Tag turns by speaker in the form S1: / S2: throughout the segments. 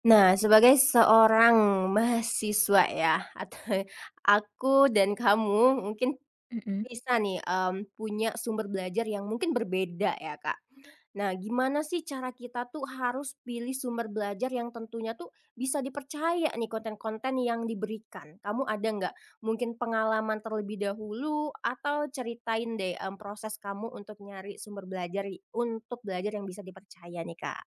S1: Nah, sebagai seorang mahasiswa ya, atau aku dan kamu mungkin
S2: Mhm
S1: bisa nih, punya sumber belajar yang mungkin berbeda ya, Kak. Nah, gimana sih cara kita tuh harus pilih sumber belajar yang tentunya tuh bisa dipercaya nih konten-konten yang diberikan? Kamu ada nggak mungkin pengalaman terlebih dahulu atau ceritain deh, proses kamu untuk nyari sumber belajar untuk belajar yang bisa dipercaya nih, Kak?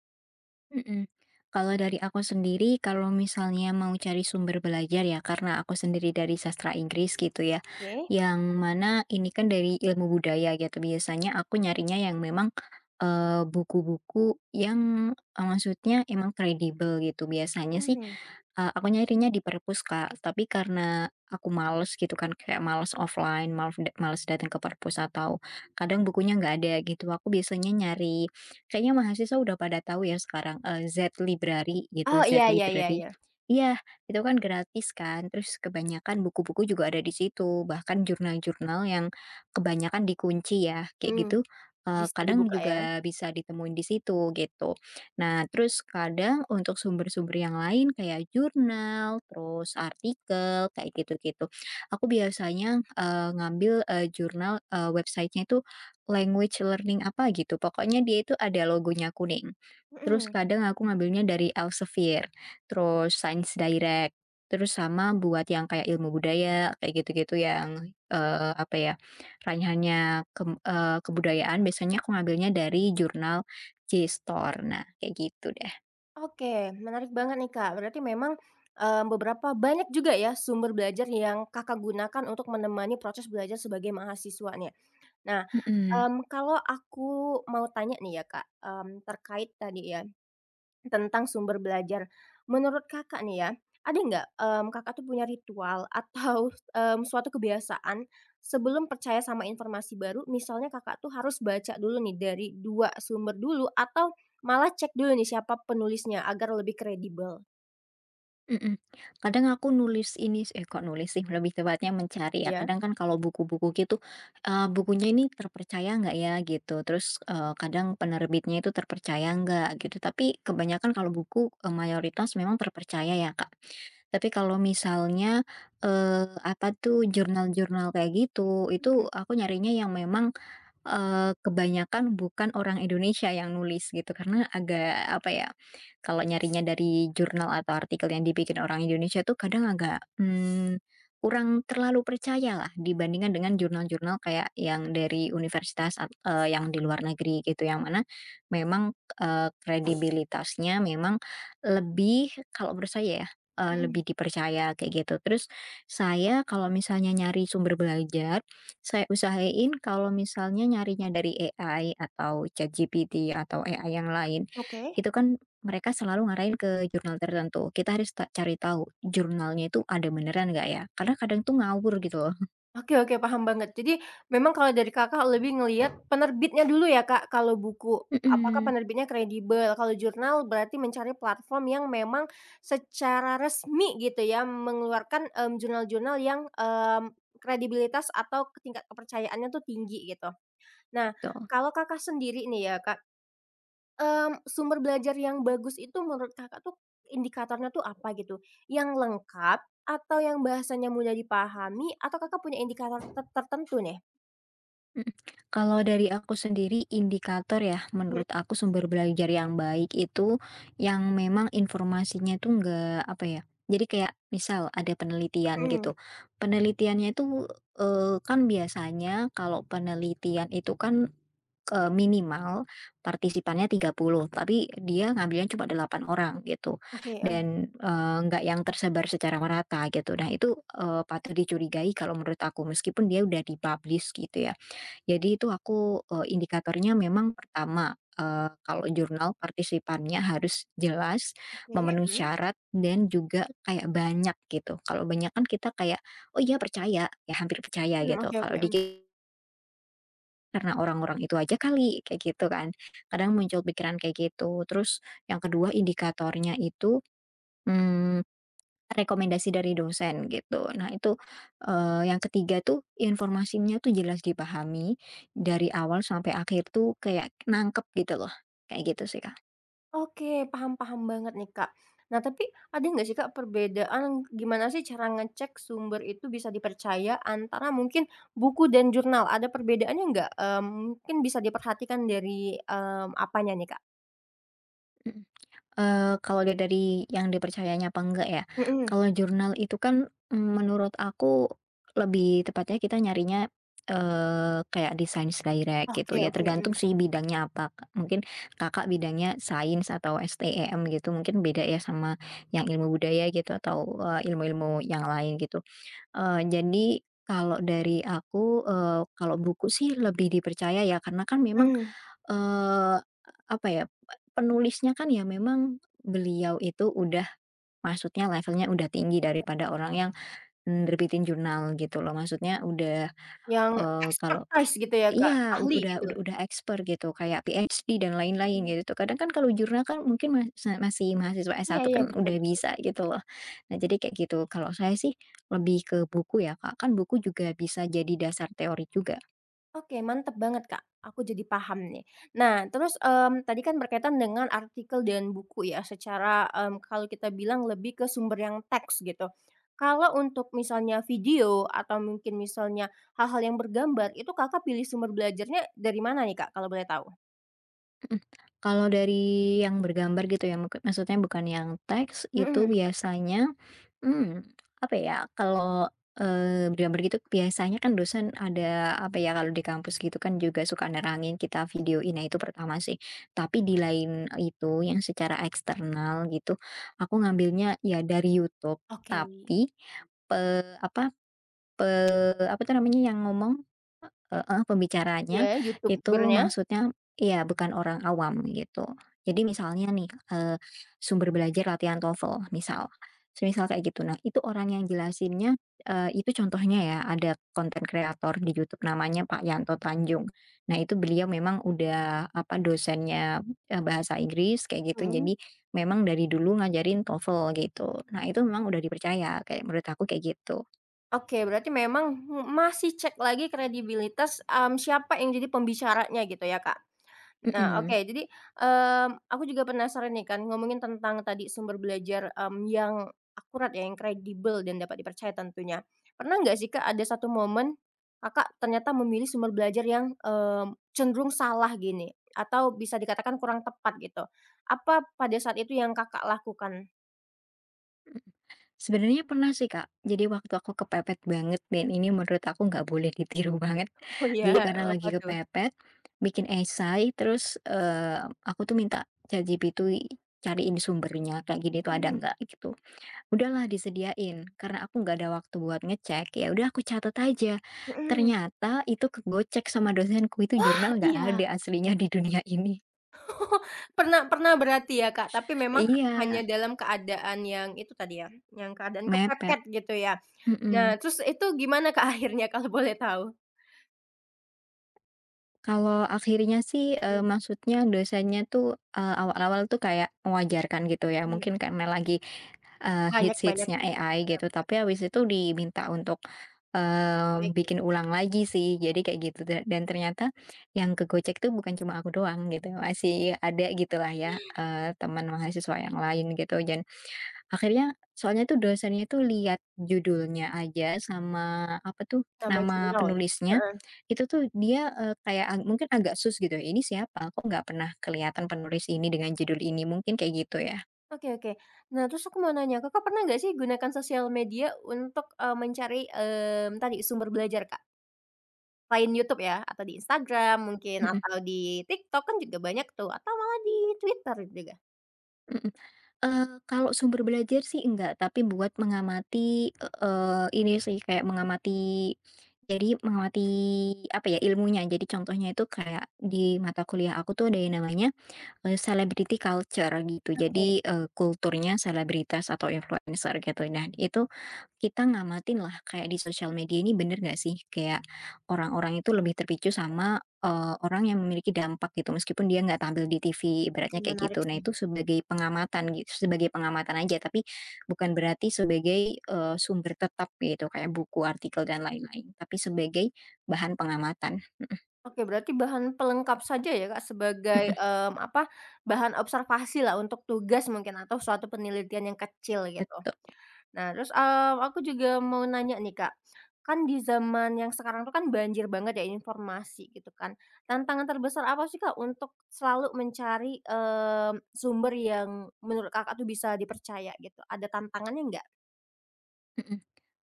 S2: mhm. Kalau dari aku sendiri, kalau misalnya mau cari sumber belajar ya, karena aku sendiri dari sastra Inggris gitu ya,
S1: Oke.
S2: yang mana ini kan dari ilmu budaya gitu. Biasanya aku nyarinya yang memang buku-buku yang maksudnya emang kredibel gitu. Biasanya sih
S1: Mhm.
S2: aku nyarinya di perpus kak, tapi karena aku males gitu kan, kayak males offline, males males datang ke perpus atau kadang bukunya nggak ada gitu. Aku biasanya nyari, kayaknya mahasiswa udah pada tahu ya sekarang, Z library gitu,
S1: Oh,
S2: Z
S1: iya iya iya
S2: library
S1: iya.
S2: Iya, itu kan gratis kan, terus kebanyakan buku-buku juga ada di situ, bahkan jurnal-jurnal yang kebanyakan dikunci ya, kayak
S1: Mhm,
S2: gitu,
S1: bisa
S2: kadang
S1: dibuka ya?
S2: juga bisa ditemuin di situ gitu. Nah, terus kadang untuk sumber-sumber yang lain kayak jurnal, terus artikel, kayak gitu-gitu. Aku biasanya, ngambil, jurnal, website itu language learning apa gitu, pokoknya dia itu ada logonya kuning. Terus
S1: Mhm,
S2: kadang aku ngambilnya dari Elsevier, terus Science Direct, terus sama buat yang kayak ilmu budaya, kayak gitu-gitu yang, apa ya, ranahnya kebudayaan, biasanya aku ngambilnya dari jurnal JSTOR. Nah, kayak gitu deh.
S1: oke, menarik banget nih, Kak. Berarti memang, beberapa banyak juga ya sumber belajar yang Kakak gunakan untuk menemani proses belajar sebagai mahasiswa nih. Nah,
S2: Mhm.
S1: kalau aku mau tanya nih ya, Kak, terkait tadi ya tentang sumber belajar. Menurut Kakak nih ya, ada nggak, Kakak tuh punya ritual atau, suatu kebiasaan sebelum percaya sama informasi baru? Misalnya Kakak tuh harus baca dulu nih dari 2 sumber dulu atau malah cek dulu nih siapa penulisnya agar lebih kredibel?
S2: Mhm. Kadang aku nulis ini, kok nulis sih, lebih tepatnya mencari ya.
S1: Ya.
S2: Kadang kan kalau buku-buku gitu, bukunya ini terpercaya nggak ya gitu, terus, kadang penerbitnya itu terpercaya nggak gitu. Tapi kebanyakan kalau buku, mayoritas memang terpercaya ya, Kak. Tapi kalau misalnya, apa tuh, jurnal-jurnal kayak gitu,
S1: Mhm
S2: itu aku nyarinya yang memang kebanyakan bukan orang Indonesia yang nulis gitu, karena agak apa ya, kalau nyarinya dari jurnal atau artikel yang dibikin orang Indonesia tuh kadang agak, kurang terlalu percaya lah dibandingkan dengan jurnal-jurnal kayak yang dari universitas yang di luar negeri gitu, yang mana memang, kredibilitasnya memang lebih, kalau menurut saya ya,
S1: mhm,
S2: lebih dipercaya kayak gitu. Terus saya kalau misalnya nyari sumber belajar, saya usahain kalau misalnya nyarinya dari AI atau ChatGPT atau AI yang lain,
S1: oke.
S2: itu kan mereka selalu ngarahin ke jurnal tertentu. Kita harus cari tahu jurnalnya itu ada beneran nggak ya? Karena kadang tuh ngawur gitu loh.
S1: Oke oke, paham banget. Jadi memang kalau dari Kakak lebih ngelihat penerbitnya dulu ya, Kak, kalau buku. Apakah
S2: Mhm,
S1: penerbitnya kredibel, kalau jurnal berarti mencari platform yang memang secara resmi gitu ya, mengeluarkan, jurnal-jurnal yang, kredibilitas atau tingkat kepercayaannya tuh tinggi gitu. Nah,
S2: betul.
S1: kalau Kakak sendiri nih ya, Kak, sumber belajar yang bagus itu menurut Kakak tuh indikatornya tuh apa gitu? Yang lengkap atau yang bahasanya mudah dipahami atau Kakak punya indikator tertentu nih?
S2: Mhm. Kalau dari aku sendiri indikator ya,
S1: Mhm
S2: menurut aku sumber belajar yang baik itu yang memang informasinya itu enggak, apa ya, jadi kayak misal ada penelitian
S1: mhm.
S2: gitu. Penelitiannya itu, kan biasanya kalau penelitian itu kan, minimal partisipannya 30, tapi dia ngambilnya cuma 8 orang gitu
S1: Oke, heeh.
S2: dan, nggak yang tersebar secara merata gitu. Nah itu, patut dicurigai kalau menurut aku meskipun dia udah dipublish gitu ya. Jadi itu aku, indikatornya memang pertama, kalau jurnal partisipannya harus jelas,
S1: Oke.
S2: memenuhi
S1: Mhm.
S2: syarat, dan juga kayak banyak gitu. Kalau banyak kan kita kayak, "Oh iya percaya," ya hampir percaya
S1: Mmm,
S2: gitu.
S1: oke
S2: Kalau
S1: oke, mmm.
S2: dikit, "Karena orang-orang itu aja kali," kayak gitu kan. Kadang muncul pikiran kayak gitu. Terus yang kedua indikatornya itu, mmm rekomendasi dari dosen gitu. Nah itu, yang ketiga tuh informasinya tuh jelas dipahami, dari awal sampai akhir tuh kayak nangkep gitu loh, kayak gitu sih Kak.
S1: Oke, paham paham banget nih, Kak. Nah, tapi ada nggak sih, Kak, perbedaan gimana sih cara ngecek sumber itu bisa dipercaya antara mungkin buku dan jurnal? Ada perbedaannya nggak? Mmm, mungkin bisa diperhatikan dari, apanya nih, Kak?
S2: Mhm. Kalau dia dari yang dipercayanya apa enggak ya,
S1: Mhm.
S2: kalau jurnal itu kan, menurut aku lebih tepatnya kita nyarinya, kayak di Science Direct gitu
S1: Oke
S2: ya,
S1: oke,
S2: tergantung
S1: mhm.
S2: sih bidangnya apa. Mungkin Kakak bidangnya sains atau STEM gitu, mungkin beda ya sama yang ilmu budaya gitu atau, ilmu-ilmu yang lain gitu. Jadi kalau dari aku, kalau buku sih lebih dipercaya ya, karena kan memang
S1: Mmm,
S2: Eee, apa ya, penulisnya kan ya memang beliau itu udah maksudnya levelnya udah tinggi daripada orang yang nerbitin jurnal gitu loh. Maksudnya udah,
S1: yang
S2: kalau
S1: expertise gitu ya, Kak,
S2: iya,
S1: ahli
S2: udah
S1: gitu?
S2: udah expert gitu, kayak PhD dan lain-lain
S1: Mhm.
S2: gitu. Kadang kan kalau jurnal kan mungkin masih mahasiswa
S1: Iya
S2: satu
S1: iya,
S2: kan
S1: betul
S2: udah
S1: betul.
S2: bisa gitu loh. Nah, jadi kayak gitu. Kalau saya sih lebih ke buku ya, Kak, kan buku juga bisa jadi dasar teori juga.
S1: Oke, mantap banget, Kak, aku jadi paham nih. Nah, terus, tadi kan berkaitan dengan artikel dan buku ya, secara, kalau kita bilang lebih ke sumber yang teks gitu. Kalau untuk misalnya video atau mungkin misalnya hal-hal yang bergambar, itu Kakak pilih sumber belajarnya dari mana nih, Kak, kalau boleh tahu?
S2: Mhm. Kalau dari yang bergambar gitu ya, mungkin maksudnya bukan yang teks, itu
S1: Mhm,
S2: biasanya, mmm, apa ya, kalau, bergambar gitu biasanya kan dosen ada, apa ya, kalau di kampus gitu kan juga suka nerangin, kita videoin, nah itu pertama sih. Tapi di lain itu yang secara eksternal gitu, aku ngambilnya ya dari YouTube,
S1: oke.
S2: tapi pe apa pe apa tuh namanya yang ngomong? Heeh, pembicaranya
S1: Iya,
S2: itu
S1: youtubernya?
S2: maksudnya ya bukan orang awam gitu. Jadi misalnya nih, sumber belajar latihan TOEFL misal, semisal kayak gitu. Nah itu orang yang jelasinnya, itu contohnya ya ada konten kreator di YouTube namanya Pak Yanto Tanjung. Nah itu beliau memang udah apa dosennya, bahasa Inggris kayak gitu.
S1: Mhm.
S2: Jadi memang dari dulu ngajarin TOEFL gitu. Nah itu memang udah dipercaya kayak menurut aku kayak gitu.
S1: Oke, berarti memang masih cek lagi kredibilitas, siapa yang jadi pembicaranya gitu ya, Kak? Nah, oke,
S2: Mhm.
S1: jadi, aku juga penasaran nih kan ngomongin tentang tadi sumber belajar, yang akurat ya, yang kredibel dan dapat dipercaya tentunya. Pernah nggak sih, Kak, ada satu momen Kakak ternyata memilih sumber belajar yang, cenderung salah gini atau bisa dikatakan kurang tepat gitu? Apa pada saat itu yang Kakak lakukan?
S2: Sebenarnya pernah sih, Kak. Jadi waktu aku kepepet banget dan ini menurut aku nggak boleh ditiru banget.
S1: Oh ya,
S2: Jadi karena
S1: apa
S2: lagi
S1: tuh?
S2: kepepet, bikin esai terus, aku tuh minta ChatGPT cariin sumbernya kayak gini tuh ada
S1: Mhm
S2: nggak gitu. Udahlah disediain, karena aku nggak ada waktu buat ngecek, ya udah aku catat aja.
S1: mhm.
S2: Ternyata itu kegocek sama dosenku, itu
S1: Ah,
S2: jurnal nggak
S1: iya.
S2: ada aslinya di dunia ini.
S1: Oh, pernah pernah berarti ya, Kak, tapi memang
S2: Iya,
S1: hanya dalam keadaan yang itu tadi ya, yang keadaan
S2: mepet,
S1: kepepet gitu ya.
S2: mhm.
S1: Nah, terus itu gimana, Kak, akhirnya kalau boleh tahu?
S2: Kalau akhirnya sih,
S1: Mmm,
S2: maksudnya dosanya tuh, awal-awal tuh kayak mewajarkan gitu ya,
S1: iya,
S2: mungkin karena lagi,
S1: banyak-banyak
S2: hits-hits-nya
S1: tugas,
S2: AI gitu, tapi habis itu diminta untuk,
S1: perbaiki,
S2: bikin ulang lagi sih, jadi kayak gitu dan ternyata yang kegocek tuh bukan cuma aku doang gitu, masih ada gitulah ya, teman mahasiswa yang lain gitu. Dan akhirnya soalnya tuh dosennya tuh lihat judulnya aja sama apa tuh,
S1: sama
S2: nama
S1: jurnal ya?
S2: penulisnya,
S1: Heeh.
S2: itu tuh dia, kayak mungkin agak sus gitu, "Ini siapa? Kok nggak pernah kelihatan penulis ini dengan judul ini?" Mungkin kayak gitu ya.
S1: Oke oke. Nah, terus aku mau nanya, Kakak pernah nggak sih gunakan sosial media untuk, mencari, tadi sumber belajar, Kak? Selain YouTube ya, atau di Instagram mungkin,
S2: Mhm
S1: atau di TikTok kan juga banyak tuh, atau malah di Twitter juga?
S2: mhm. Kalau sumber belajar sih enggak, tapi buat mengamati, ini sih kayak mengamati, jadi mengamati apa ya, ilmunya. Jadi contohnya itu kayak di mata kuliah aku tuh ada yang namanya celebrity culture gitu.
S1: Oke,
S2: Jadi, kulturnya selebritas atau influencer gitu. Nah, itu kita ngamatin lah kayak di sosial media ini bener nggak sih, kayak orang-orang itu lebih terpicu sama, orang yang memiliki dampak gitu, meskipun dia nggak tampil di TV
S1: oke
S2: ibaratnya kayak
S1: menarik
S2: gitu. Nah,
S1: sih.
S2: itu sebagai pengamatan, sebagai pengamatan aja, tapi bukan berarti sebagai, sumber tetap gitu kayak buku, artikel, dan lain-lain, tapi sebagai bahan pengamatan.
S1: Oke, berarti bahan pelengkap saja ya, Kak, sebagai, apa, bahan observasi lah untuk tugas mungkin atau suatu penelitian yang kecil gitu.
S2: Betul.
S1: Nah terus, aku juga mau nanya nih, Kak, kan di zaman yang sekarang tuh kan banjir banget ya informasi gitu kan. Tantangan terbesar apa sih, Kak, untuk selalu mencari, sumber yang menurut Kakak tuh bisa dipercaya gitu? Ada tantangannya nggak?
S2: Mhm.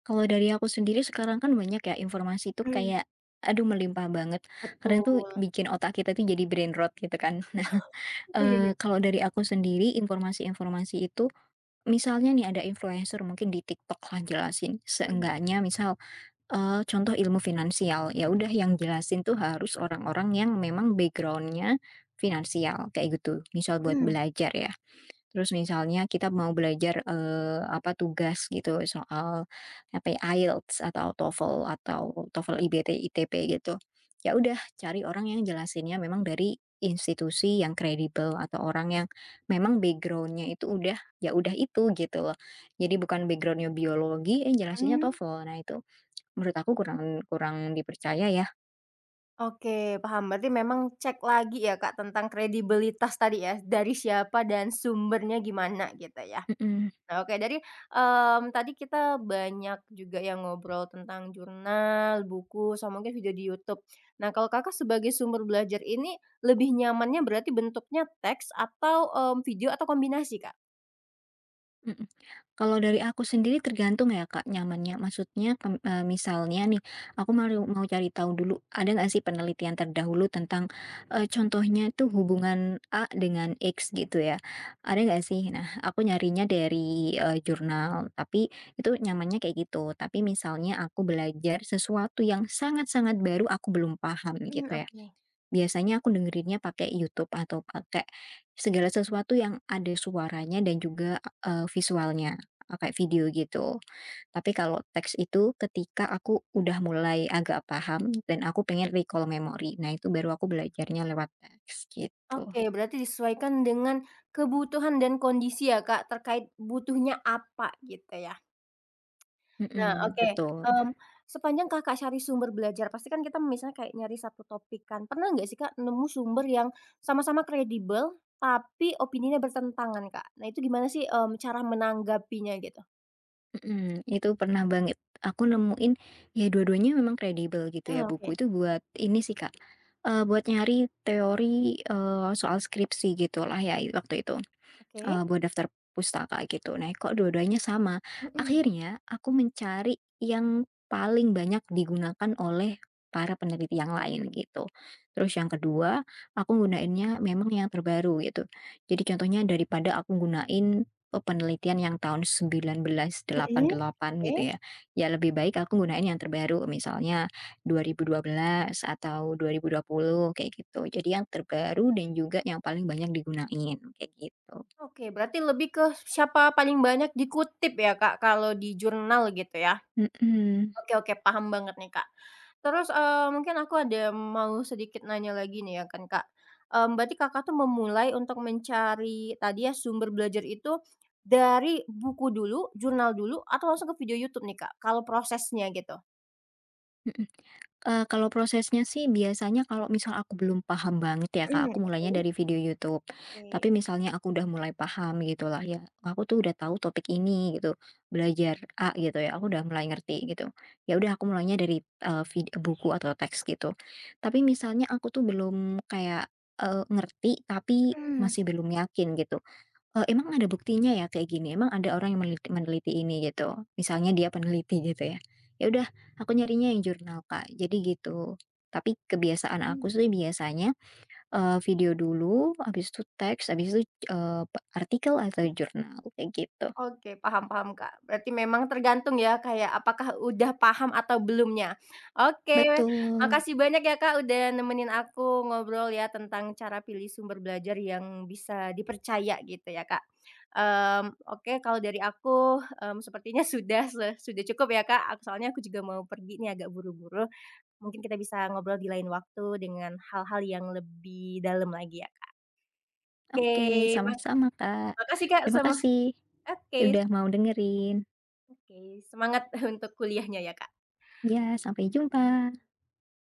S2: Kalau dari aku sendiri sekarang kan banyak ya informasi tuh
S1: Mmm.
S2: kayak aduh melimpah banget. Kadang tuh
S1: Betul.
S2: bikin otak kita tuh jadi brain rot gitu kan. Nah,
S1: Iya iya.
S2: kalau dari aku sendiri informasi-informasi itu misalnya nih ada influencer mungkin di TikTok lah jelasin
S1: Mhm,
S2: seenggaknya misal, contoh ilmu finansial, ya udah yang jelasin tuh harus orang-orang yang memang backgroundnya finansial kayak gitu, misal buat
S1: mhm,
S2: belajar ya. Terus misalnya kita mau belajar, apa, tugas gitu soal, apa ya, IELTS atau TOEFL atau TOEFL IBT, ITP gitu. Ya udah cari orang yang jelasinnya memang dari institusi yang kredibel atau orang yang memang backgroundnya itu udah, ya udah itu gitu loh. Jadi bukan backgroundnya biologi, eh jelasinnya
S1: mhm.
S2: TOEFL. Nah itu menurut aku kurang kurang dipercaya ya,
S1: Oke, paham. Berarti memang cek lagi ya, Kak, tentang kredibilitas tadi ya, dari siapa dan sumbernya gimana gitu ya.
S2: mhm.
S1: Nah, oke dari, tadi kita banyak juga yang ngobrol tentang jurnal, buku, sama mungkin video di YouTube. Nah, kalau Kakak sebagai sumber belajar ini lebih nyamannya berarti bentuknya teks atau, video atau kombinasi, Kak?
S2: Mhm. Kalau dari aku sendiri tergantung ya Kak, nyamannya. Maksudnya misalnya nih, aku mau mau cari tahu dulu, ada nggak sih penelitian terdahulu tentang, contohnya tuh hubungan A dengan X gitu ya, ada nggak sih? Nah, aku nyarinya dari, jurnal, tapi itu nyamannya kayak gitu. Tapi misalnya aku belajar sesuatu yang sangat-sangat baru, aku belum paham
S1: Mmm,
S2: gitu ya.
S1: oke.
S2: Biasanya aku dengerinnya pakai YouTube atau pakai segala sesuatu yang ada suaranya dan juga, visualnya, pakai video gitu. Tapi kalau teks itu ketika aku udah mulai agak paham dan aku pengen recall memori. Nah, itu baru aku belajarnya lewat teks gitu.
S1: Oke, berarti disesuaikan dengan kebutuhan dan kondisi ya, Kak, terkait butuhnya apa gitu ya. Nah,
S2: Mhm,
S1: oke,
S2: betul.
S1: mmm, sepanjang Kakak cari sumber belajar pasti kan kita misalnya kayak nyari satu topik kan, pernah nggak sih Kak nemu sumber yang sama-sama kredibel tapi opininya bertentangan Kak? Nah itu gimana sih, cara menanggapinya gitu?
S2: Mhm, itu pernah banget aku nemuin ya dua-duanya memang kredibel gitu ya,
S1: Ah,
S2: buku
S1: oke
S2: itu buat ini sih Kak, buat nyari teori, soal skripsi gitulah ya waktu itu.
S1: oke.
S2: Buat daftar pustaka gitu. Nah, kok dua-duanya sama.
S1: Mhm.
S2: Akhirnya aku mencari yang paling banyak digunakan oleh para peneliti yang
S1: Oh,
S2: lain gitu. Terus yang kedua, aku gunainnya memang yang terbaru gitu. Jadi contohnya daripada aku gunain, penelitian yang tahun seribu sembilan ratus delapan
S1: mhm,
S2: puluh delapan gitu
S1: oke.
S2: ya, ya lebih baik aku gunain yang terbaru, misalnya dua 2012 atau dua 2020, kayak gitu. Jadi yang terbaru dan juga yang paling banyak digunain, kayak gitu.
S1: Oke berarti lebih ke siapa paling banyak dikutip ya Kak kalau di jurnal gitu ya?
S2: Mhm
S1: Oke oke, paham banget nih, Kak. Terus, mungkin aku ada mau sedikit nanya lagi nih ya kan, Kak. Mmm, berarti Kakak tuh memulai untuk mencari tadi ya sumber belajar itu dari buku dulu, jurnal dulu, atau langsung ke video YouTube nih, Kak, kalau prosesnya gitu?
S2: mhm. Kalau prosesnya sih biasanya kalau misal aku belum paham banget ya Kak,
S1: Mhm,
S2: aku mulainya dari video YouTube.
S1: oke.
S2: Tapi misalnya aku udah mulai paham gitu lah ya, aku tuh udah tahu topik ini gitu, belajar A gitu ya, aku udah mulai ngerti gitu. Ya udah aku mulainya dari, eee, vid buku atau teks gitu. Tapi misalnya aku tuh belum kayak, ngerti tapi
S1: Oke,
S2: masih belum yakin gitu. Emang ada buktinya ya kayak gini? Emang ada orang yang meneliti meneliti ini gitu? Misalnya dia peneliti gitu ya. Ya udah aku nyarinya yang jurnal, Kak, jadi gitu. Tapi kebiasaan
S1: mhm.
S2: aku sih biasanya, video dulu, habis itu teks, habis itu, eee, pe artikel atau jurnal kayak gitu.
S1: Oke, paham paham, Kak. Berarti memang tergantung ya, kayak apakah udah paham atau belumnya. Oke,
S2: Betul.
S1: makasih banyak ya, Kak, udah nemenin aku ngobrol ya tentang cara pilih sumber belajar yang bisa dipercaya gitu ya, Kak. Mmm, oke kalau dari aku, sepertinya sudah sudah cukup ya, Kak, soalnya aku juga mau pergi nih agak buru-buru. Mungkin kita bisa ngobrol di lain waktu dengan hal-hal yang lebih dalam lagi ya, Kak. Oke,
S2: Oke,
S1: mak
S2: sama-sama, Kak.
S1: makasih, Kak,
S2: Terima
S1: sama
S2: kasih
S1: oke.
S2: udah mau dengerin.
S1: Oke, semangat untuk kuliahnya ya, Kak.
S2: Ya, sampai jumpa.